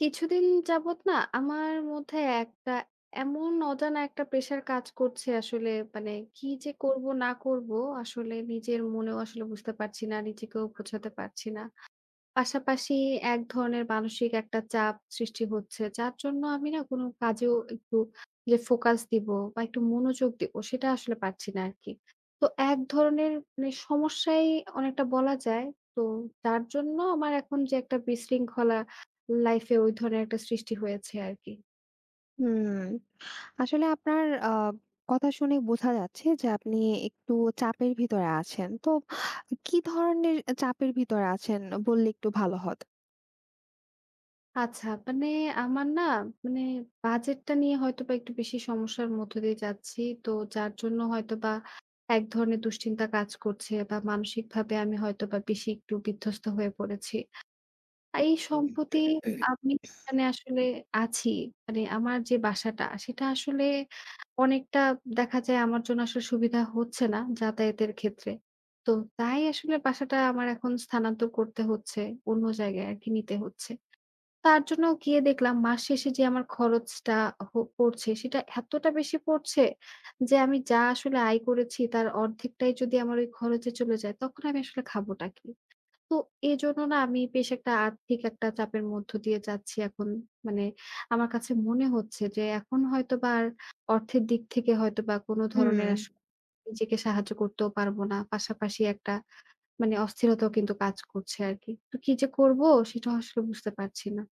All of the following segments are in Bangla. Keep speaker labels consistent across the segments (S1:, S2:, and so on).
S1: কিছুদিন যাবত না আমার মধ্যে একটা এমন অজানা একটা প্রেশার কাজ করছে আসলে। মানে কি যে করব না করব আসলে নিজের মনেও আসলে বুঝতে পারছি না, নিজেকেও বোঝাতে পারছি না। পাশাপাশি এক ধরনের মানসিক একটা চাপ সৃষ্টি হচ্ছে। যার জন্য আমি না কোন কাজেও একটু যে ফোকাস দিব বা একটু মনোযোগ দিব সেটা আসলে পারছি না আরকি। তো এক ধরনের মানে সমস্যাই অনেকটা বলা যায়। তো যার জন্য আমার এখন যে একটা বিশৃঙ্খলা লাইফ এ ওই ধরনের একটা সৃষ্টি হয়েছে আরকি।
S2: হুম। আসলে আপনার কথা শুনে বোঝা যাচ্ছে যে আপনি একটু চাপের ভিতরে আছেন। তো কি ধরনের চাপের ভিতরে আছেন বললে একটু ভালো হত?
S1: আচ্ছা, মানে আমার না মানে বাজেটটা নিয়ে হয়তোবা একটু বেশি সমস্যার মধ্য দিয়ে যাচ্ছি। তো যার জন্য হয়তোবা এক ধরনের দুশ্চিন্তা কাজ করছে বা মানসিকভাবে আমি হয়তোবা বেশি একটু বিধ্বস্ত হয়ে পড়েছি। এই সম্প্রতি আমি এখানে আসলে আছি। মানে আমার যে বাসাটা সেটা আসলে অনেকটা দেখা যায় আমার জন্য আসলে সুবিধা হচ্ছে না যাতায়াতের ক্ষেত্রে। তো তাই আসলে বাসাটা আমার এখন স্থানান্তর করতে হচ্ছে, অন্য জায়গায় আরকি নিতে হচ্ছে। তার জন্য গিয়ে দেখলাম মাস শেষে যে আমার খরচটা পড়ছে সেটা এতটা বেশি পড়ছে যে আমি যা আসলে আয় করেছি তার অর্ধেকটাই যদি আমার ওই খরচে চলে যায় তখন আমি আসলে খাবোটা কি? তো এজন্য না আমি বেশ একটা আর্থিক একটা চাপের মধ্য দিয়ে যাচ্ছি এখন। মানে আমার কাছে মনে হচ্ছে যে এখন হয়তোবা আর অর্থের দিক থেকে হয়তোবা কোনো
S2: হুম।
S1: ধরনের নিজেকে সাহায্য করতেও পারবো না। পাশাপাশি একটা মানে অস্থিরতাও কিন্তু কাজ করছে আরকি। তো কি যে করবো সেটাও আসলে বুঝতে পারছি না।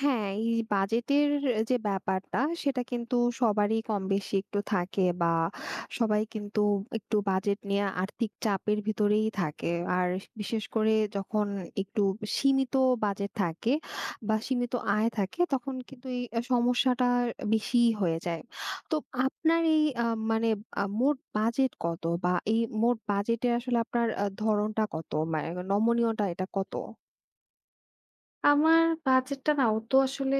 S2: হ্যাঁ, এই বাজেটের যে ব্যাপারটা সেটা কিন্তু সবারই কমবেশি একটু থাকে বা সবাই কিন্তু একটু বাজেট নিয়ে আর্থিক চাপের ভিতরেই থাকে। আর বিশেষ করে যখন একটু সীমিত বাজেট থাকে বা সীমিত আয় থাকে তখন কিন্তু এই সমস্যাটা বেশিই হয়ে যায়। তো আপনার এই মানে মোট বাজেট কত? বা এই মোট বাজেটে আসলে আপনার ধরনটা কত? মানে নমনীয়টা এটা কত?
S1: আমার বাজেটটা না অত আসলে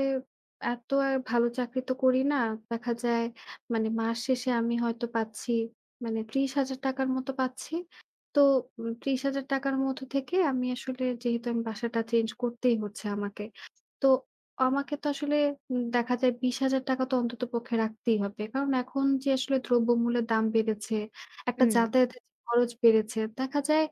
S1: এত আর ভালো চাকরি তো করি না। দেখা যায় মানে মাস শেষে আমি হয়তো পাচ্ছি মানে ৳৩০,000 র মতো পাচ্ছি। তো ৳৩০,000 র মধ্য থেকে আমি আসলে যেহেতু আমি বাসাটা চেঞ্জ করতেই হচ্ছে আমাকে। তো আমাকে তো আসলে দেখা যায় ৳20,000 তো অন্ততপক্ষে রাখতেই হবে। কারণ এখন যে আসলে দ্রব্যমূল্যের দাম বেড়েছে, একটা
S2: হুম।
S1: যাতায়াতের খরচ বেড়েছে। দেখা যায়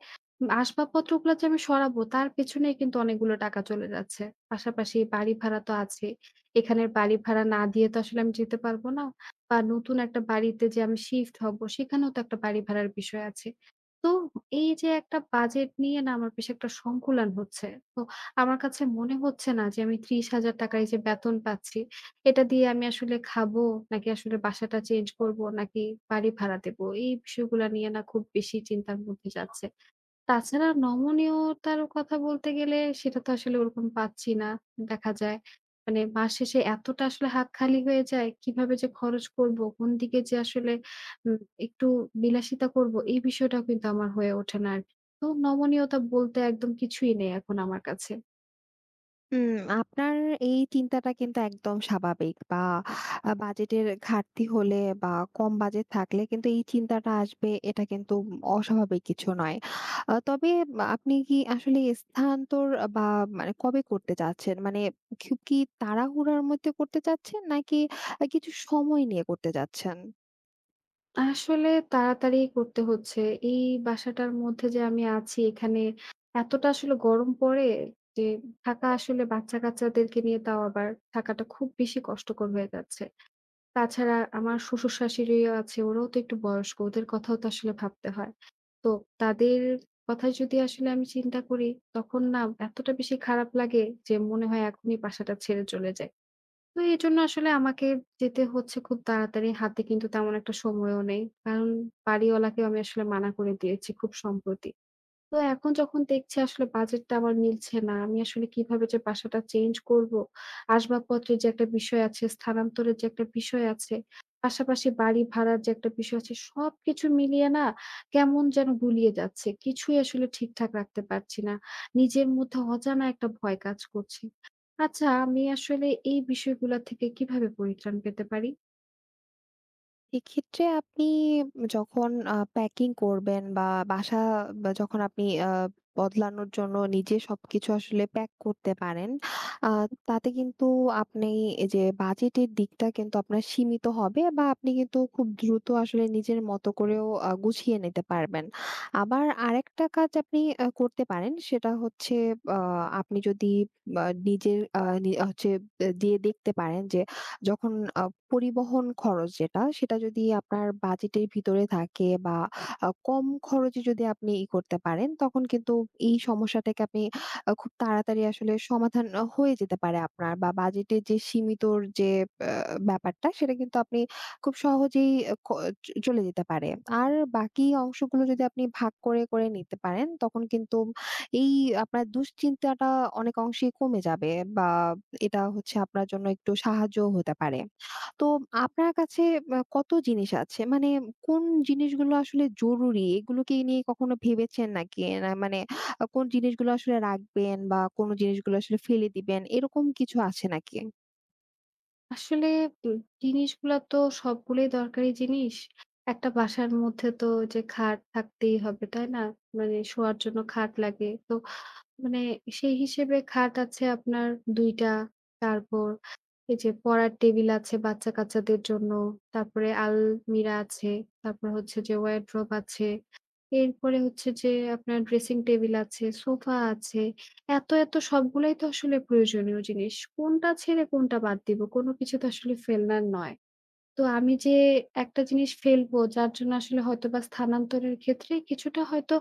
S1: আসবাবপত্রগুলা যে আমি সরাবো তার পেছনেই কিন্তু অনেকগুলো টাকা চলে যাচ্ছে। পাশাপাশি বাড়ি ভাড়া তো আছেই। এখানের বাড়ি ভাড়া না দিয়ে তো আসলে আমি যেতে পারব না। বা নতুন একটা বাড়িতে যে আমি শিফট হব সেখানেও তো একটা বাড়ি ভাড়ার বিষয় আছে। তো এই যে একটা বাজেট নিয়ে না আমার বেশ একটা সংকুলান হচ্ছে। তো আমার কাছে মনে হচ্ছে না যে আমি ৳৩০,০০০ এই যে বেতন পাচ্ছি, এটা দিয়ে আমি আসলে খাবো নাকি আসলে বাসাটা চেঞ্জ করব নাকি বাড়ি ভাড়া দেব। এই বিষয়গুলা নিয়ে না খুব বেশি চিন্তার মধ্যে যাচ্ছে। তাছাড়া নমনীয়তার কথা বলতে গেলে সেটা তো আসলে ওরকম পাচ্ছি না। দেখা যায় মানে মাস শেষে এতটা আসলে হাত খালি হয়ে যায়, কিভাবে যে খরচ করব, কোন দিকে যে আসলে উম একটু বিলাসিতা করব, এই বিষয়টাও কিন্তু আমার হয়ে ওঠে না আর। তো নমনীয়তা বলতে একদম কিছুই নেই এখন আমার কাছে।
S2: উম আপনার এই চিন্তাটা কিন্তু একদম স্বাভাবিক, বা বাজেটের ঘাটতি হলে বা কম বাজেট থাকলে কিন্তু এই চিন্তাটা আসবে, এটা কিন্তু অস্বাভাবিক কিছু নয়। তবে বা আপনি কি আসলে স্থানান্তর বা মানে কবে করতে চাচ্ছেন? মানে খুব কি তাড়াহুড়ার মধ্যে করতে চাচ্ছেন নাকি কিছু সময় নিয়ে করতে চাচ্ছেন?
S1: আসলে তাড়াতাড়ি করতে হচ্ছে। এই বাসাটার মধ্যে যে আমি আছি এখানে এতটা আসলে গরম পড়ে যে থাকা আসলে বাচ্চা-কাচ্চাদেরকে নিয়ে তাও আবার থাকাটা খুব বেশি কষ্টকর হয়ে যাচ্ছে। তাছাড়া আমার শ্বশুর-শাশুড়িও আছে, ওরাও তো একটু বয়স্ক, ওদের কথাও তো আসলে ভাবতে হয়। তো তাদের কথা যদি আসলে আমি চিন্তা করি তখন না এতটা বেশি খারাপ লাগে যে মনে হয় এখনই বাসাটা ছেড়ে চলে যাই। তো এজন্য আসলে আমাকে যেতে হচ্ছে খুব তাড়াতাড়ি। হাতে কিন্তু তেমন একটা সময়ও নেই। কারণ বাড়িওয়ালাকেও আমি আসলে মানা করে দিয়েছি খুব সম্প্রতি। তো এখন যখন দেখছি আসলে বাজেটটা আমার মিলছে না, আমি আসলে কিভাবে যে বাসাটা চেঞ্জ করব? আসবাবপত্রের যে একটা বিষয় আছে, স্থানান্তরের যে একটা বিষয় আছে, পাশাপাশি বাড়ি ভাড়ার যে একটা বিষয় আছে, সবকিছু মিলিয়ে না কেমন যেন গুলিয়ে যাচ্ছে। কিছুই আসলে ঠিকঠাক রাখতে পারছি না। নিজের মধ্যে অজানা একটা ভয় কাজ করছে। আচ্ছা, আমি আসলে এই বিষয়গুলা থেকে কিভাবে পরিত্রাণ পেতে পারি?
S2: এক্ষেত্রে আপনি যখন প্যাকিং করবেন বা বাসা, বা যখন আপনি বদলানোর জন্য নিজে সবকিছু আসলে প্যাক করতে পারেন। আ তাতে কিন্তু আপনি এই যে বাজেটের দিকটা কিন্তু আপনার সীমিত হবে, বা আপনি কিন্তু খুব দ্রুত আসলে নিজের মতো করেও গুছিয়ে নিতে পারবেন। আবার আরেকটা কাজ আপনি করতে পারেন, সেটা হচ্ছে আ আপনি যদি আ নিজের আ নি হচ্ছে আহ, দিয়ে দেখতে পারেন যে যখন আ পরিবহন খরচ যেটা, সেটা যদি আপনার বাজেটের ভিতরে থাকে বা কম খরচে যদি আপনি করতে পারেন, তখন কিন্তু এই সমস্যাটাকে আপনি খুব তাড়াতাড়ি আসলে সমাধান হয়ে যেতে পারে আপনার, বা বাজেটের যে সীমিতর যে আ ব্যাপারটা, সেটা কিন্তু আপনি খুব সহজেই আ ক চ চলে যেতে পারে। আর বাকি অংশগুলো যদি আপনি ভাগ করে, করে নিতে পারেন, তখন কিন্তু এই আপনার দুশ্চিন্তাটা অনেক অংশেই কমে যাবে, বা এটা হচ্ছে আপনার জন্য একটু সাহায্যও হতে পারে। তো আপনার কাছে কত জিনিস আছে? মানে কোন জিনিসগুলো আসলে জরুরি? এগুলোকে নিয়ে কখনো ভেবেছেন নাকি? না মানে কোন জিনিসগুলো আসলে রাখবেন বা কোন জিনিসগুলো আসলে ফেলে দিবেন, এরকম কিছু আছে নাকি?
S1: আসলে উম জিনিসগুলা তো সবগুলোই দরকারি জিনিস। একটা বাসার মধ্যে তো যে খাট থাকতেই হবে, তাই না? মানে শোয়ার জন্য খাট লাগে। তো মানে সেই হিসেবে খাট আছে আপনার ২ টা। তারপর এই যে পড়ার টেবিল আছে বাচ্চা-কাচ্চাদের জন্য। তারপরে আলমিরা আছে। তারপর হচ্ছে যে ওয়ারড্রোব আছে। এরপরে হচ্ছে যে আপনার ড্রেসিং টেবিল আছে, সোফা আছে। এত, এত সবগুলাই তো আসলে প্রয়োজনীয় জিনিস। কোনটা ছেড়ে কোনটা বাদ দিব? কোন কিছু তো আসলে ফেলনার নয়। তো আমি যে একটা জিনিস ফেলবো যার জন্য আসলে হয়তোবা স্থানান্তরের ক্ষেত্রে কিছুটা হয়তো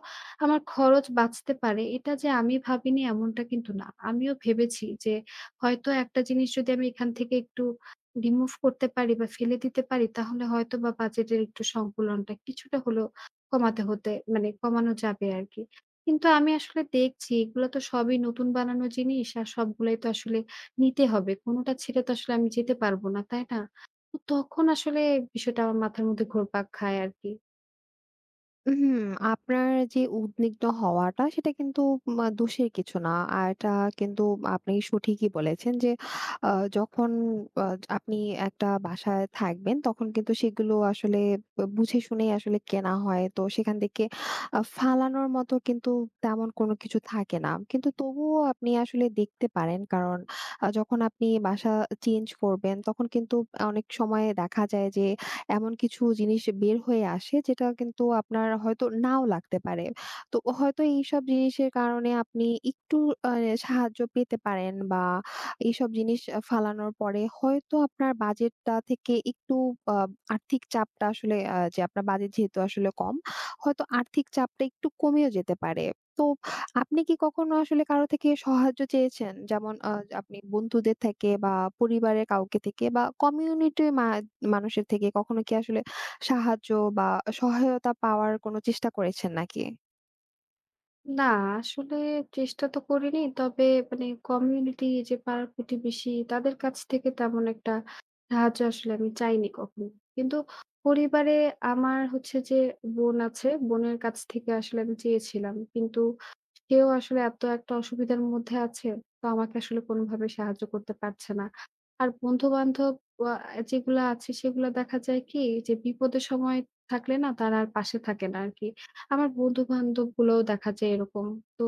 S1: আমার খরচ বাঁচতে পারে। এটা যে আমি ভাবিনি এমনটা কিন্তু না। আমিও ভেবেছি যে হয়তো একটা জিনিস যদি আমি এখান থেকে একটু remove করতে পারি বা ফেলে দিতে পারি তাহলে হয়তোবা বাজেটের একটু সংকুলনটা কিছুটা হলেও কমাতে হতে মানে কমানো যাবে আরকি। কিন্তু আমি আসলে দেখছি এগুলো তো সবই নতুন বানানো জিনিস আর সবগুলাই তো আসলে নিতে হবে। কোনোটা ছেড়ে তো আসলে আমি যেতে পারব না, তাই না? তো তখন আসলে বিষয়টা আমার মাথার মধ্যে ঘুরপাক খায় আরকি।
S2: হুম, আপনার যে উদ্বিগ্ন হওয়াটা সেটা কিন্তু দোষের কিছু না। আর এটা কিন্তু আপনি সঠিকই বলেছেন যে আ যখন আ আপনি একটা বাসায় থাকবেন তখন কিন্তু সেগুলো আসলে বুঝে শুনেই আসলে কেনা হয়। তো সেখান থেকে ফালানোর মতো কিন্তু তেমন কোনো কিছু থাকে না। কিন্তু তবুও আপনি আসলে দেখতে পারেন, কারণ যখন আপনি বাসা চেঞ্জ করবেন তখন কিন্তু অনেক সময় দেখা যায় যে এমন কিছু জিনিস বের হয়ে আসে যেটা কিন্তু আপনার হয়তো নাও লাগতে পারে। তো হয়তো এইসব জিনিসের কারণে আপনি একটু আ সাহায্য পেতে পারেন, বা এইসব জিনিস ফালানোর পরে হয়তো আপনার বাজেটটা থেকে একটু আ আর্থিক চাপটা আসলে, যে আপনার বাজেট যেহেতু আসলে কম, হয়তো আর্থিক চাপটা একটু কমেও যেতে পারে। তো আপনি কি কখনো আসলে কারো থেকে সাহায্য চেয়েছেন? যেমন আপনি বন্ধুদের থেকে, বা পরিবারের কাউকে থেকে, বা কমিউনিটির মানুষের থেকে কখনো কি আসলে সাহায্য বা সহায়তা পাওয়ার কোনো চেষ্টা করেছেন নাকি?
S1: না আসলে চেষ্টা তো করিনি। তবে মানে কমিউনিটি যে পাড়ার প্রতিবেশী তাদের কাছ থেকে তেমন একটা সাহায্য আসলে আমি চাইনি কখনো। কিন্তু পরিবারে আমার হচ্ছে যে বোন আছে, বোনের কাছ থেকে আসলে আমি চেয়েছিলাম। কিন্তু সেও আসলে এত একটা অসুবিধার মধ্যে আছে, তো আমাকে আসলে কোনোভাবে সাহায্য করতে পারছে না। আর বন্ধু-বান্ধব আ যেগুলা আছে সেগুলা দেখা যায় কি যে বিপদের সময় থাকলে না তারা আর পাশে থাকে না আরকি। আমার বন্ধু-বান্ধবগুলোও দেখা যায় এরকম। তো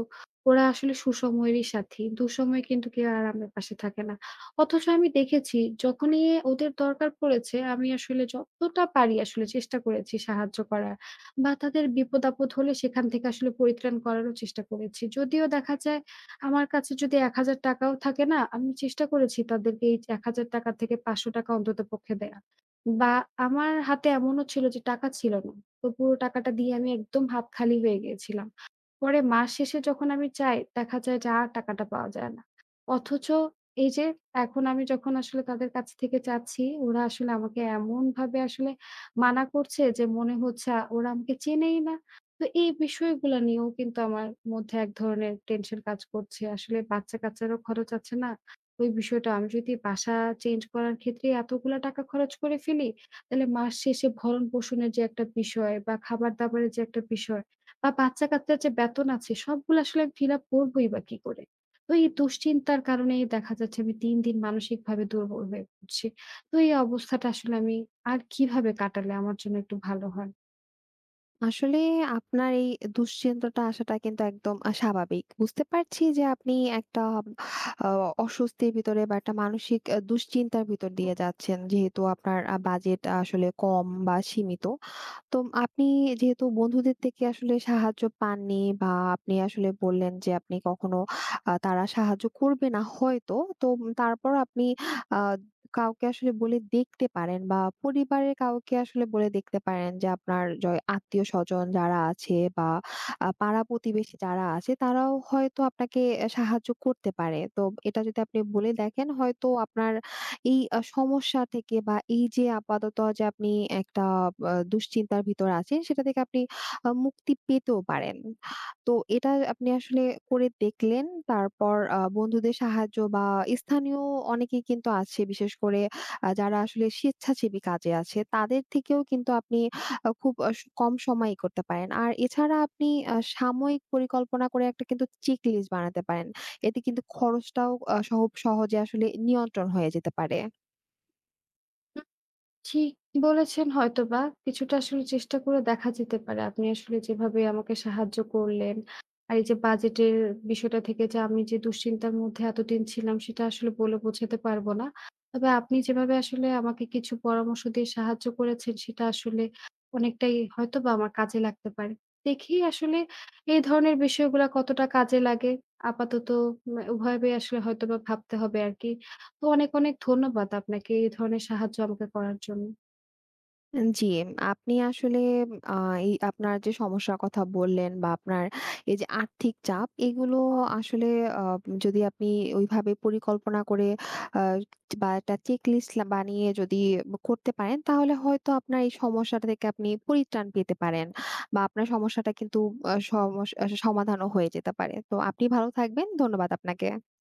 S1: ওরা আসলে সুসময়েরই সাথী। দুঃসময়ে কিন্তু কেউ আর আমার পাশে থাকে না। অথচ আমি দেখেছি যখনই ওদের দরকার পড়েছে আমি আসলে যতটা পারি আসলে চেষ্টা করেছি সাহায্য করার বা তাদের বিপদ-আপদ হলে সেখান থেকে আসলে পরিত্রাণ করারও চেষ্টা করেছি। যদিও দেখা যায় আমার কাছে যদি ৳১,000 ও থাকে না, আমি চেষ্টা করেছি তাদেরকে এই ৳১,000 থেকে ৳500 অন্ততপক্ষে দেয়া। বা আমার হাতে এমনও ছিল যে টাকা ছিল না। তো পুরো টাকাটা দিয়ে আমি একদম হাত খালি হয়ে গিয়েছিলাম। পরে মাস শেষে যখন আমি চাই দেখা যায় যে আর টাকাটা পাওয়া যায় না। অথচ এই যে এখন আমি যখন আসলে তাদের কাছ থেকে চাচ্ছি ওরা আসলে আমাকে এমনভাবে আসলে মানা করছে যে মনে হচ্ছে ওরা আমাকে চেনেই না। তো এই বিষয়গুলা নিয়েও কিন্তু আমার মধ্যে এক ধরনের টেনশন কাজ করছে। আসলে বাচ্চা-কাচ্চারও খরচ আছে না? ওই বিষয়টা আমি যদি বাসা চেঞ্জ করার ক্ষেত্রে এতগুলা টাকা খরচ করে ফেলি তাহলে মাস শেষে ভরণ-পোষণের যে একটা বিষয় বা খাবার-দাবারের যে একটা বিষয় বা বাচ্চা-কাচ্চার যে বেতন আছে সবগুলো আসলে ফিল আপ করবই বা কি করে? তো এই দুশ্চিন্তার কারণেই দেখা যাচ্ছে আমি দিন, দিন মানসিকভাবে দুর্বল হয়ে পড়ছি। তো এই অবস্থাটা আসলে আমি আর কিভাবে কাটালে আমার জন্য একটু ভালো হয়?
S2: আসলে আপনার এই দুশ্চিন্তাটা আসাটা কিন্তু একদম স্বাভাবিক। বুঝতে পারছি যে আপনি একটা আ অস্বস্তির ভিতরে বা একটা মানসিক দুশ্চিন্তার ভিতর দিয়ে যাচ্ছেন। যেহেতু আপনার বাজেট আসলে কম বা সীমিত। তো আপনি যেহেতু বন্ধুদের থেকে আসলে সাহায্য পাননি, বা আপনি আসলে বললেন যে আপনি কখনো তারা সাহায্য করবে না হয়তো। তো তারপর আপনি আহ, কাউকে আসলে বলে দেখতে পারেন, বা পরিবারের কাউকে আসলে বলে দেখতে পারেন যে আপনার আত্মীয় স্বজন যারা আছে, বা পাড়া প্রতিবেশী যারা আছে, তারাও হয়তো আপনাকে সাহায্য করতে পারে। তো এটা যদি আপনি বলে দেখেন, হয়তো আপনার এই সমস্যা থেকে, বা এই যে আপাতত যে আপনি একটা দুশ্চিন্তার ভিতর আছেন সেটা থেকে আপনি মুক্তি পেতেও পারেন। তো এটা আপনি আসলে করে দেখলেন। তারপর বন্ধুদের সাহায্য, বা স্থানীয় অনেকেই কিন্তু আছে, বিশেষ করে যারা আসলে স্বেচ্ছাসেবী কাজে আছে তাদের থেকেও কিন্তু আপনি খুব কম সময়ই করতে পারেন। আর এছাড়া আপনি সাময়িক পরিকল্পনা করে একটা কিন্তু চেক লিস্ট বানাতে পারেন। এতে কিন্তু খরচটাও আ সহ সহজে আসলে নিয়ন্ত্রণ হয়ে যেতে পারে।
S1: ঠিক বলেছেন হয়তোবা। কিছুটা আসলে চেষ্টা করে দেখা যেতে পারে। আপনি আসলে যেভাবে আমাকে সাহায্য করলেন। আর এই যে বাজেটের বিষয়টা থেকে যে আমি যে দুশ্চিন্তার মধ্যে এতদিন ছিলাম সেটা আসলে বলে বোঝাতে পারব না। তবে আপনি যেভাবে আসলে আমাকে কিছু পরামর্শ দিয়ে সাহায্য করেছেন সেটা আসলে অনেকটাই হয়তোবা আমার কাজে লাগতে পারে। দেখি আসলে এই ধরনের বিষয়গুলা কতটা কাজে লাগে। আপাতত এভাবে আসলে হয়তোবা ভাবতে হবে আরকি। তো অনেক, অনেক ধন্যবাদ আপনাকে এই ধরনের সাহায্য আমাকে করার জন্য।
S2: জি, আপনি আসলে আ এই আপনার যে সমস্যার কথা বললেন, বা আপনার এই যে আর্থিক চাপ, এগুলো আসলে আ যদি আপনি ওইভাবে পরিকল্পনা করে আ বা একটা চেক লিস্ট বানিয়ে যদি করতে পারেন, তাহলে হয়তো আপনার এই সমস্যাটা থেকে আপনি পরিত্রাণ পেতে পারেন, বা আপনার সমস্যাটা কিন্তু সমাধানও হয়ে যেতে পারে। তো আপনি ভালো থাকবেন। ধন্যবাদ আপনাকে।